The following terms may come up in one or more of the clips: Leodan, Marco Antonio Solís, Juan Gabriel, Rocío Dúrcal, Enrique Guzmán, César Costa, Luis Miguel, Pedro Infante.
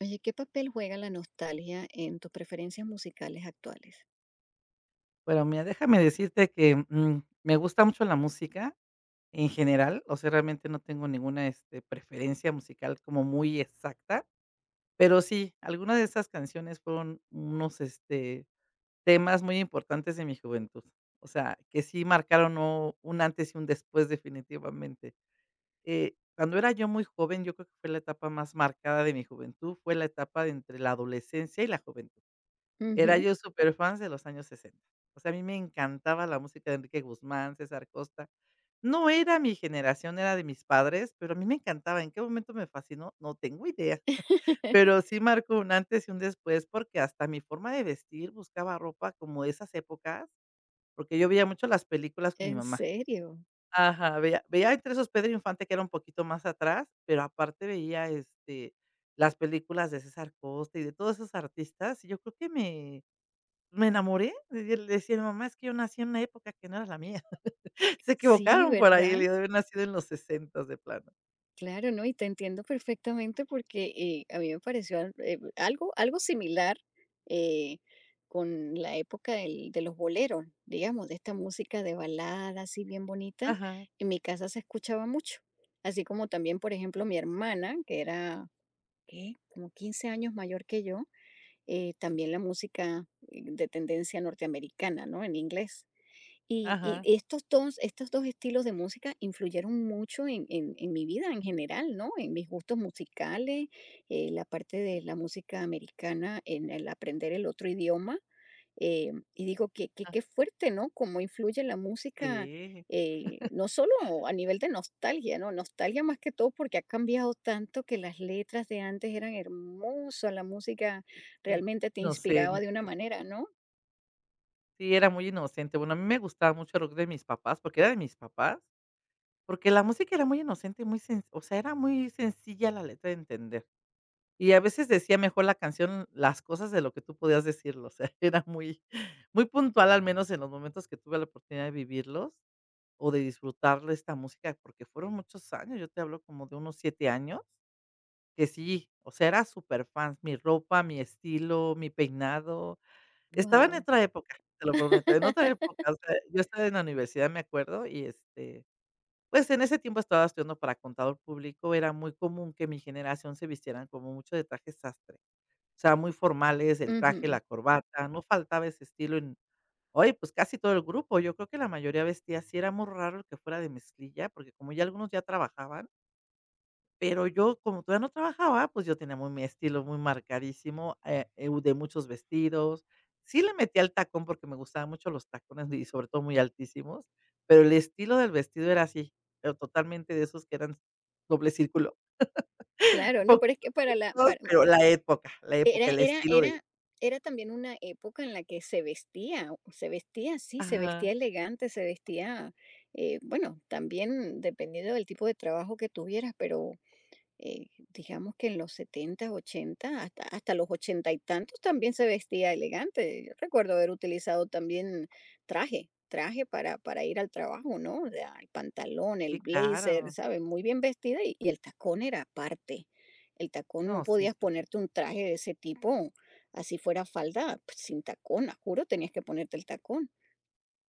Oye, ¿qué papel juega la nostalgia en tus preferencias musicales actuales? Bueno, mira, déjame decirte que, me gusta mucho la música en general, o sea, realmente no tengo ninguna, preferencia musical como muy exacta, pero sí, algunas de esas canciones fueron unos, temas muy importantes de mi juventud. O sea, que sí marcaron o un antes y un después definitivamente. Cuando era yo muy joven, yo creo que fue la etapa más marcada de mi juventud, fue la etapa de entre la adolescencia y la juventud. Era Ujú. yo superfans de los años 60. O sea, a mí me encantaba la música de Enrique Guzmán, César Costa. No era mi generación, era de mis padres, pero a mí me encantaba. ¿En qué momento me fascinó? No tengo idea, pero sí marcó un antes y un después, porque hasta mi forma de vestir buscaba ropa como de esas épocas, porque yo veía mucho las películas con mi ¿En mamá. serio? Ajá, veía entre esos Pedro Infante, que era un poquito más atrás, pero aparte veía, las películas de César Costa y de todos esos artistas, y yo creo que me enamoré, y él le decía a mi mamá: "Es que yo nací en una época que no era la mía". Se Sí, equivocaron por ahí, le ¿verdad? digo, haber nacido en los 60 de plano. Claro, ¿no? Y te entiendo perfectamente porque a mí me pareció algo, algo similar eh, con la época de los boleros, digamos, de esta música de balada así bien bonita. Ajá, En mi casa se escuchaba mucho. Así como también, por ejemplo, mi hermana, que era, ¿qué? Como 15 años mayor que yo. También la música de tendencia norteamericana, ¿no? En inglés. Y ajá, estos dos estilos de música influyeron mucho en mi vida en general, ¿no? En mis gustos musicales, la parte de la música americana, en el aprender el otro idioma. Y digo que ah. qué fuerte, ¿no? Cómo influye la música, Sí, no solo a nivel de nostalgia, ¿no? Nostalgia más que todo porque ha cambiado tanto que las letras de antes eran hermosas, la música sí, realmente te inspiraba de una inocente. manera, ¿no? Sí, era muy inocente. Bueno, a mí me gustaba mucho el rock de mis papás, porque era de mis papás, porque la música era muy inocente y muy sen o sea, era muy sencilla la letra de entender. Y a veces decía mejor la canción las cosas de lo que tú podías decirlo, o sea, era muy muy puntual, al menos en los momentos que tuve la oportunidad de vivirlos. O de disfrutar esta música, porque fueron muchos años, yo te hablo como de unos 7 años, que sí, o sea, era superfans, mi ropa, mi estilo, mi peinado, estaba en Wow. otra época, te lo prometo, en otra época, o sea, yo estaba en la universidad, me acuerdo, y, pues, en ese tiempo estaba estudiando para contador público, era muy común que mi generación se vistieran como mucho de traje sastre, o sea, muy formales, el traje, Ujú. la corbata, no faltaba ese estilo. Oye, pues casi todo el grupo, yo creo que la mayoría vestía así, era muy raro el que fuera de mezclilla, porque como ya algunos ya trabajaban, pero yo como todavía no trabajaba, pues yo tenía muy mi estilo muy marcadísimo, de muchos vestidos. Sí le metía el tacón porque me gustaban mucho los tacones y sobre todo muy altísimos, pero el estilo del vestido era así, pero totalmente de esos que eran doble círculo, Claro, un no, poco, pero es que para la todos, para pero la época, Era el era estilo de era era también una época en la que se vestía así, se ajá, vestía elegante, se vestía, bueno, también dependiendo del tipo de trabajo que tuvieras, pero eh, digamos que en los 70 80 hasta los ochenta y tantos también se vestía elegante. Yo recuerdo haber utilizado también traje para ir al trabajo, ¿no? O sea, el pantalón, el sí, blazer, claro. ¿sabes? Muy bien vestida y el tacón era aparte. El tacón no No, sí, podías sí, sí. ponerte un traje de ese tipo, así fuera falda, pues, sin tacón, a juro, tenías que ponerte el tacón.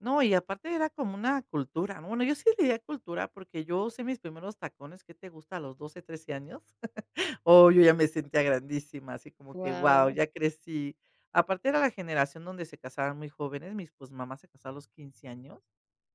No, y aparte era como una cultura, ¿no? Bueno, yo sí le diría cultura porque yo usé mis primeros tacones, ¿qué te gusta? A los 12 13 años. Oh, yo ya me sentía grandísima, así como que, wow, Wow, ya crecí. Aparte era la generación donde se casaban muy jóvenes, mis pues mamás se casaban a los 15 años.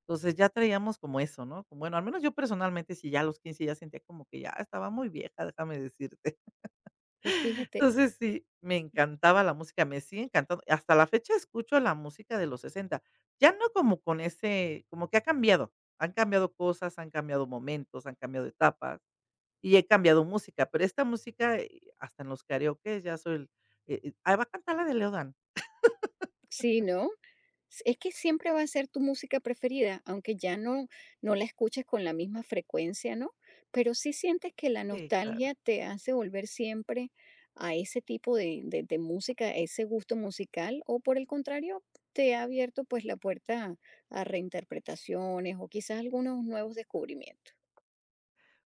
Entonces ya traíamos como eso, ¿no? Como, bueno, al menos yo personalmente sí ya a los 15 ya sentía como que ya estaba muy vieja, déjame decirte. pues fíjate, Entonces, sí, me encantaba la música, me sigue encantando. Hasta la fecha escucho la música de los 60. Ya no como con ese, como que ha cambiado. Han cambiado cosas, han cambiado momentos, han cambiado etapas y he cambiado música, pero esta música, hasta en los karaokes ya soy el va a cantar la de Leodan. sí, ¿no? Es que siempre va a ser tu música preferida, aunque ya no, no la escuches con la misma frecuencia, ¿no? Pero sí sientes que la Sí, claro. nostalgia te hace volver siempre a ese tipo de música, a ese gusto musical, o por el contrario, te ha abierto pues la puerta a reinterpretaciones o quizás algunos nuevos descubrimientos.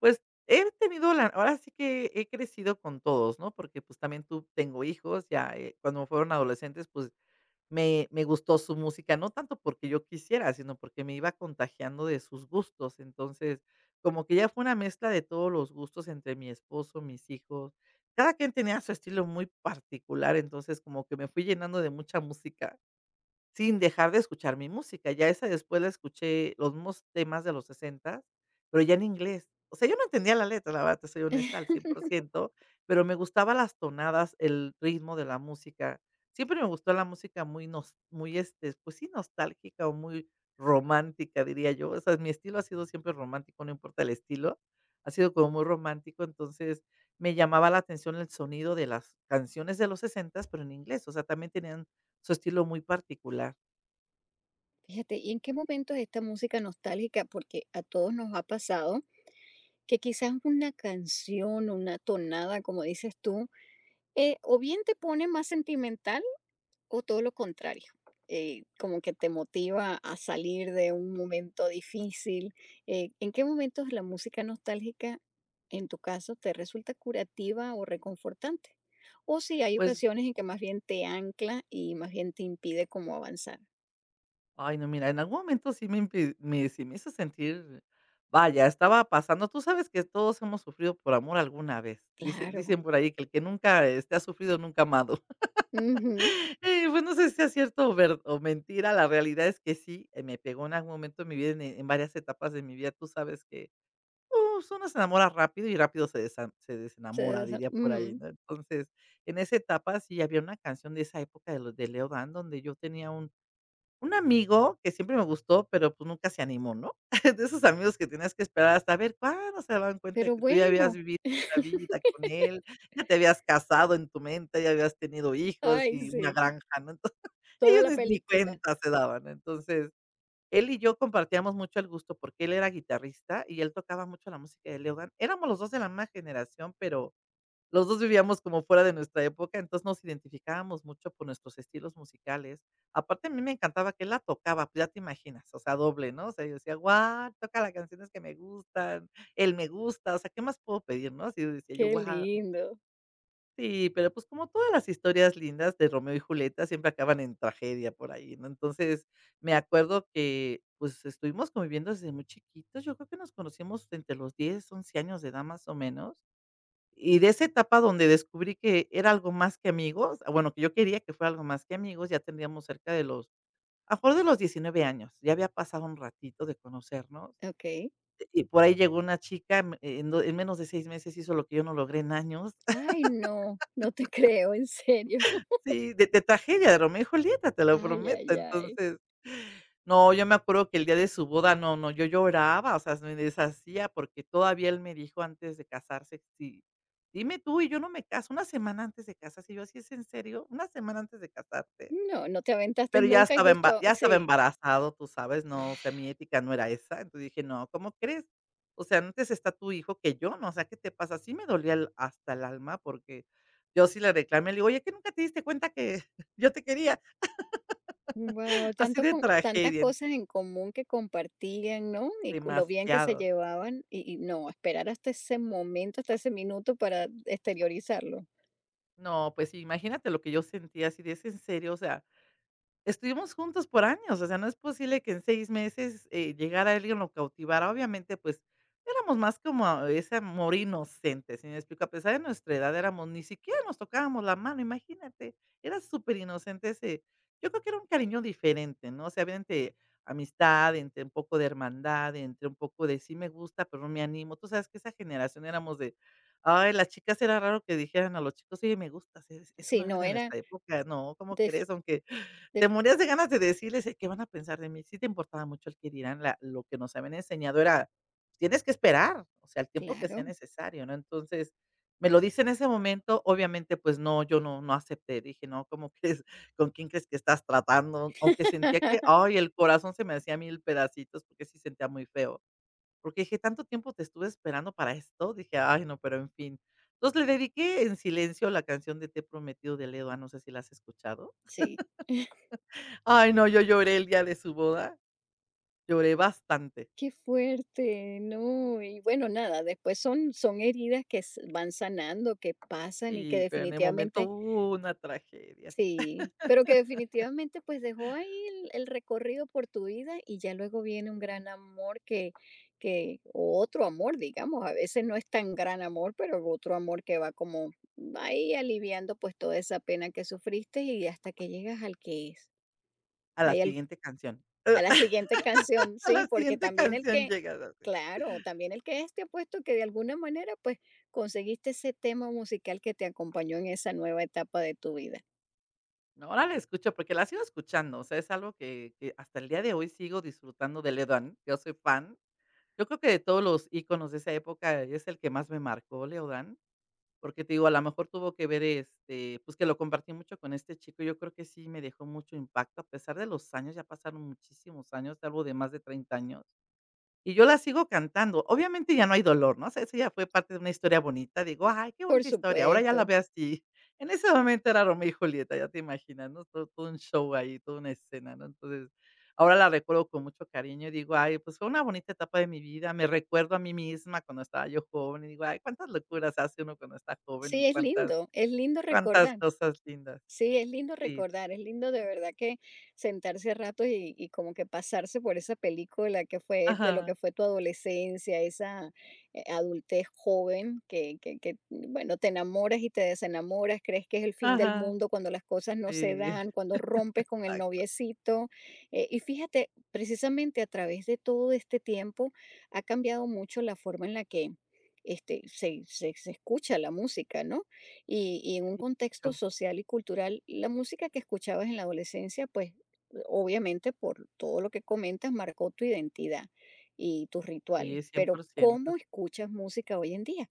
Pues, he tenido la ahora sí que he crecido con todos, ¿no? Porque, pues, también tú tengo hijos, ya, cuando fueron adolescentes, pues, me gustó su música, no tanto porque yo quisiera, sino porque me iba contagiando de sus gustos. Entonces, como que ya fue una mezcla de todos los gustos entre mi esposo, mis hijos. Cada quien tenía su estilo muy particular, entonces como que me fui llenando de mucha música. Sin dejar de escuchar mi música, ya esa después la escuché, los mismos temas de los 60 pero ya en inglés. O sea, yo no entendía la letra, la verdad, te soy honesta, al 100%, pero me gustaba las tonadas, el ritmo de la música. Siempre me gustó la música muy nos muy, pues sí, nostálgica o muy romántica, diría yo. O sea, mi estilo ha sido siempre romántico, no importa el estilo, ha sido como muy romántico, entonces me llamaba la atención el sonido de las canciones de los 60, pero en inglés. O sea, también tenían su estilo muy particular. Fíjate, ¿y en qué momentos esta música nostálgica, porque a todos nos ha pasado, que quizás una canción, una tonada, como dices tú, o bien te pone más sentimental o todo lo contrario, como que te motiva a salir de un momento difícil. ¿En qué momentos la música nostálgica, en tu caso, te resulta curativa o reconfortante? O si hay Pues, ocasiones en que más bien te ancla y más bien te impide como avanzar. ay, no, mira, en algún momento sí me hizo sentir, vaya, estaba pasando. Tú sabes que todos hemos sufrido por amor alguna vez. Dice Claro. dicen por ahí que el que nunca, ha sufrido, nunca ha amado. Ujú. Pues, no sé si sea cierto o ver o mentira, la realidad es que sí, me pegó en algún momento de mi vida, en varias etapas de mi vida, tú sabes que, pues, uno se enamora rápido y rápido se desenamora, diría por ahí, Ujú. ¿no? Entonces, en esa etapa sí había una canción de esa época de los de Leo Dan, donde yo tenía un amigo que siempre me gustó, pero, pues, nunca se animó, ¿no? De esos amigos que tenías que esperar hasta ver cuándo se daban cuenta de Pero que tú ya habías bueno, vivido la vida con él, ya te habías casado en tu mente, ya habías tenido hijos ay, y una sí, granja, ¿no? Entonces, toda ellos la ni película. cuenta se daban. Entonces, él y yo compartíamos mucho el gusto porque él era guitarrista y él tocaba mucho la música de Leogan. Éramos los 2 de la misma generación, pero los 2 vivíamos como fuera de nuestra época, entonces nos identificábamos mucho por nuestros estilos musicales. Aparte, a mí me encantaba que él la tocaba, pues ya te imaginas, o sea, doble, ¿no? O sea, yo decía: "Guau, toca las canciones que me gustan, él me gusta, o sea, ¿qué más puedo pedir?", ¿no? Así decía yo: Qué "Guau". lindo. Sí, pero, pues, como todas las historias lindas de Romeo y Julieta siempre acaban en tragedia por ahí, ¿no? Entonces, me acuerdo que, pues, estuvimos conviviendo desde muy chiquitos. Yo creo que nos conocimos entre los 10, 11 años de edad, más o menos. Y de esa etapa donde descubrí que era algo más que amigos, ah, bueno, que yo quería que fuera algo más que amigos, ya tendríamos cerca de los, a lo mejor de los 19 años, ya había pasado un ratito de conocernos. Ok. Y por ahí llegó una chica, en menos de 6 meses hizo lo que yo no logré en años. Ay, no, no te creo, en serio. Sí, de tragedia, de Romeo y Julieta, te lo Ay, prometo. ay, ay. Entonces, no, yo me acuerdo que el día de su boda, no, no, yo lloraba, o sea, me deshacía porque todavía él me dijo antes de casarse, sí, dime tú y yo no me caso, una semana antes de casarse, y yo, ¿así es en serio? ¿Una semana antes de casarte? No, no te aventaste Pero nunca y justo ya estaba sí. embarazado, tú sabes, no, o sea, mi ética no era esa. Entonces dije: "No, ¿cómo crees? O sea, antes está tu hijo que yo, ¿no? O sea, ¿qué te pasa?". Sí me dolía el hasta el alma porque yo sí le reclamé, le digo: "Oye, ¿que nunca te diste cuenta que yo te quería?". Wow, Así tanto de con tantas tragedia, cosas en común que compartían, ¿no? Y cu lo bien que se demasiado. llevaban y no, esperar hasta ese momento, hasta ese minuto para exteriorizarlo. No, pues sí, imagínate lo que yo sentía así de: "¿Es en serio?". O sea, estuvimos juntos por años, o sea, no es posible que en 6 meses, llegara alguien, lo cautivara. Obviamente, pues, éramos más como ese amor inocente, ¿sí me explico? A pesar de nuestra edad éramos ni siquiera nos tocábamos la mano, imagínate, era superinocente ese. Yo creo que era un cariño diferente, ¿no? O sea, había entre amistad, entre un poco de hermandad, entre un poco de sí me gusta, pero no me animo. Tú sabes que esa generación éramos de, ay, las chicas era raro que dijeran a los chicos: "Oye, me gusta, eso Sí, no era no de era nuestra época, no, ¿cómo de def crees?". Aunque te morías de ganas de decirles: ¿qué van a pensar de mí?". Sí te importaba mucho el que dirán, la lo que nos habían enseñado era: "Tienes que esperar, o sea, el tiempo que sea claro. necesario", ¿no? Entonces, me lo dice en ese momento, obviamente, pues no, yo no acepté, dije: "No, ¿cómo crees? ¿Con quién crees que estás tratando?". Aunque sentía que, ay, el corazón se me hacía mil pedacitos, porque sí sentía muy feo, porque dije: "Tanto tiempo te estuve esperando para esto", dije: "Ay, no", pero en fin. Entonces, le dediqué en silencio la canción de Te he prometido de Ledo A, no sé si la has escuchado. Sí. Ay, no, yo lloré el día de su boda, lloré bastante. Qué fuerte, no. Y bueno, nada, después son heridas que s van sanando, que pasan y que Sí, pero en el momento, definitivamente. Una tragedia. Sí, pero que definitivamente, pues, dejó ahí el recorrido por tu vida y ya luego viene un gran amor que o otro amor, digamos, a veces no es tan gran amor, pero otro amor que va como ahí aliviando, pues, toda esa pena que sufriste y hasta que llegas al que es. A la Ahí al siguiente canción, a la siguiente canción, a sí, la porque siguiente también el canción que llegas así. claro, también el que es, te ha puesto que de alguna manera, pues, conseguiste ese tema musical que te acompañó en esa nueva etapa de tu vida. No, ahora la escucho porque la sigo escuchando, o sea, es algo que hasta el día de hoy sigo disfrutando de Leodan, yo soy fan. Yo creo que de todos los íconos de esa época es el que más me marcó, Leodan. Porque te digo, a lo mejor tuvo que ver, este, pues, que lo compartí mucho con este chico, yo creo que sí me dejó mucho impacto, a pesar de los años, ya pasaron muchísimos años, algo de más de 30 años. Y yo la sigo cantando. Obviamente ya no hay dolor, ¿no? O sea, eso ya fue parte de una historia bonita. Digo: "Ay, qué Por bonita historia". Ahora ya la supuesto. veo así. En ese momento era Romeo y Julieta, ya te imaginas, ¿no? Todo un show ahí, toda una escena, ¿no? Entonces, ahora la recuerdo con mucho cariño y digo: "Ay, pues fue una bonita etapa de mi vida". Me recuerdo a mí misma cuando estaba yo joven y digo: "Ay, cuántas locuras hace uno cuando está joven y Sí, cuántas es lindo cuántas recordar. cosas lindas". Sí, es lindo Sí. recordar, es lindo de verdad que sentarse a ratos y como que pasarse por esa película que fue de lo Ajá, que fue tu adolescencia, esa adultez joven que, bueno, te enamoras y te desenamoras, crees que es el fin del ajá. mundo cuando las cosas no se Sí, dan, cuando rompes con el exacto. noviecito. Y fíjate, precisamente a través de todo este tiempo ha cambiado mucho la forma en la que este, se escucha la música, ¿no? Y en un Sí, contexto mucho. social y cultural, la música que escuchabas en la adolescencia, pues obviamente por todo lo que comentas, marcó tu identidad y tus rituales. Sí, cien Pero por ciento ¿cómo escuchas música hoy en día?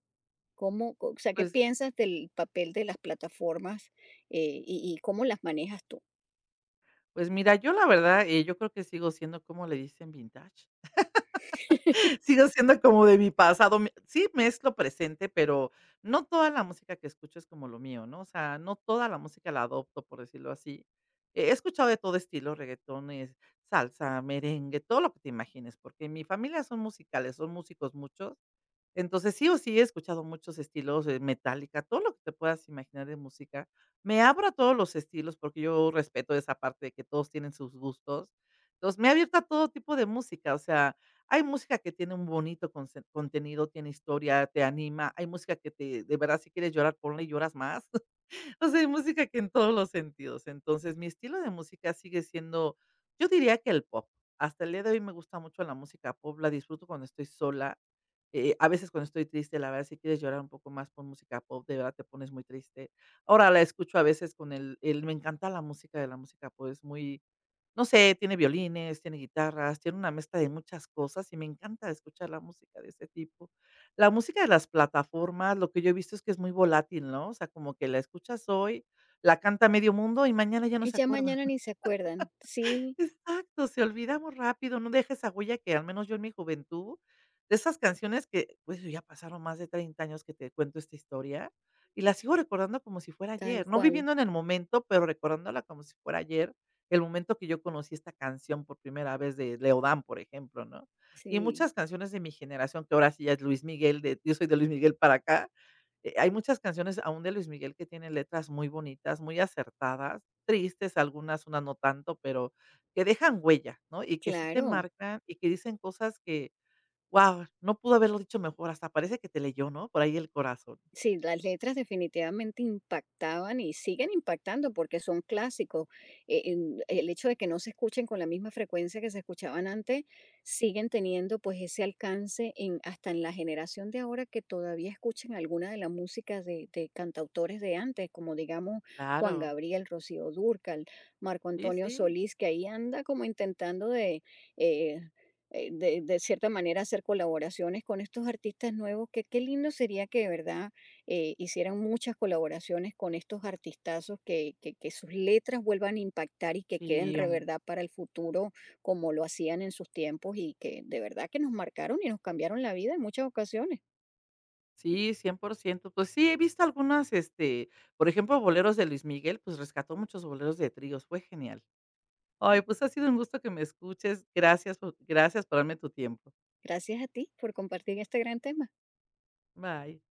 ¿Cómo, o sea, qué Pues piensas del papel de las plataformas y cómo las manejas tú? Pues mira, yo la verdad, yo creo que sigo siendo, ¿cómo le dicen? Vintage. Sigo siendo como de mi pasado. Me sí, mezclo presente, pero no toda la música que escucho es como lo mío, ¿no? O sea, no toda la música la adopto, por decirlo así. He escuchado de todo estilo, reggaetones, salsa, merengue, todo lo que te imagines, porque en mi familia son musicales, son músicos muchos, entonces, sí o sí he escuchado muchos estilos, Metallica, todo lo que te puedas imaginar de música. Me abro a todos los estilos, porque yo respeto esa parte de que todos tienen sus gustos. Entonces, me he abierto a todo tipo de música, o sea, hay música que tiene un bonito contenido, tiene historia, te anima, hay música que te, de verdad, si quieres llorar, ponle y lloras más. O sea, hay música que en todos los sentidos. Entonces, mi estilo de música sigue siendo, yo diría que el pop. Hasta el día de hoy me gusta mucho la música pop, la disfruto cuando estoy sola. A veces cuando estoy triste, la verdad, si quieres llorar un poco más por música pop, de verdad te pones muy triste. Ahora la escucho a veces con me encanta la música de la música pop, es muy, no sé, tiene violines, tiene guitarras, tiene una mezcla de muchas cosas y me encanta escuchar la música de ese tipo. La música de las plataformas, lo que yo he visto es que es muy volátil, ¿no? O sea, como que la escuchas hoy, la canta medio mundo y mañana ya no Y se ya acuerda. mañana ni se acuerdan. Sí, Exacto, se olvidamos rápido, no deja esa huella que al menos yo en mi juventud, de esas canciones que, pues, ya pasaron más de 30 años que te cuento esta historia, y la sigo recordando como si fuera tal ayer, no cual. viviendo en el momento, pero recordándola como si fuera ayer, el momento que yo conocí esta canción por primera vez de Leodán, por ejemplo, ¿no? Y Sí, muchas canciones de mi generación, que ahora sí ya es Luis Miguel, de yo soy de Luis Miguel para acá, hay muchas canciones aún de Luis Miguel que tienen letras muy bonitas, muy acertadas, tristes algunas, unas no tanto, pero que dejan huella, ¿no? Y que sí te claro. marcan y que dicen cosas que, guau, no pudo haberlo dicho mejor, hasta parece que te leyó, ¿no? Por ahí el corazón. Sí, las letras definitivamente impactaban y siguen impactando porque son clásicos. El hecho de que no se escuchen con la misma frecuencia que se escuchaban antes, siguen teniendo pues ese alcance en, hasta en la generación de ahora que todavía escuchan alguna de la música de cantautores de antes, como digamos Juan Claro, Gabriel, Rocío Dúrcal, Marco sí, Antonio sí, Solís, que ahí anda como intentando eh, de cierta manera hacer colaboraciones con estos artistas nuevos, que qué lindo sería que de verdad hicieran muchas colaboraciones con estos artistazos, que sus letras vuelvan a impactar y que queden sí, de mm, verdad para el futuro como lo hacían en sus tiempos y que de verdad que nos marcaron y nos cambiaron la vida en muchas ocasiones. sí, 100%. Pues sí, he visto algunas, este, por ejemplo, boleros de Luis Miguel, pues rescató muchos boleros de tríos, fue genial. Ay, Pues, pues ha sido un gusto que me escuches. Gracias por darme tu tiempo. gracias a ti por compartir este gran tema. Bye.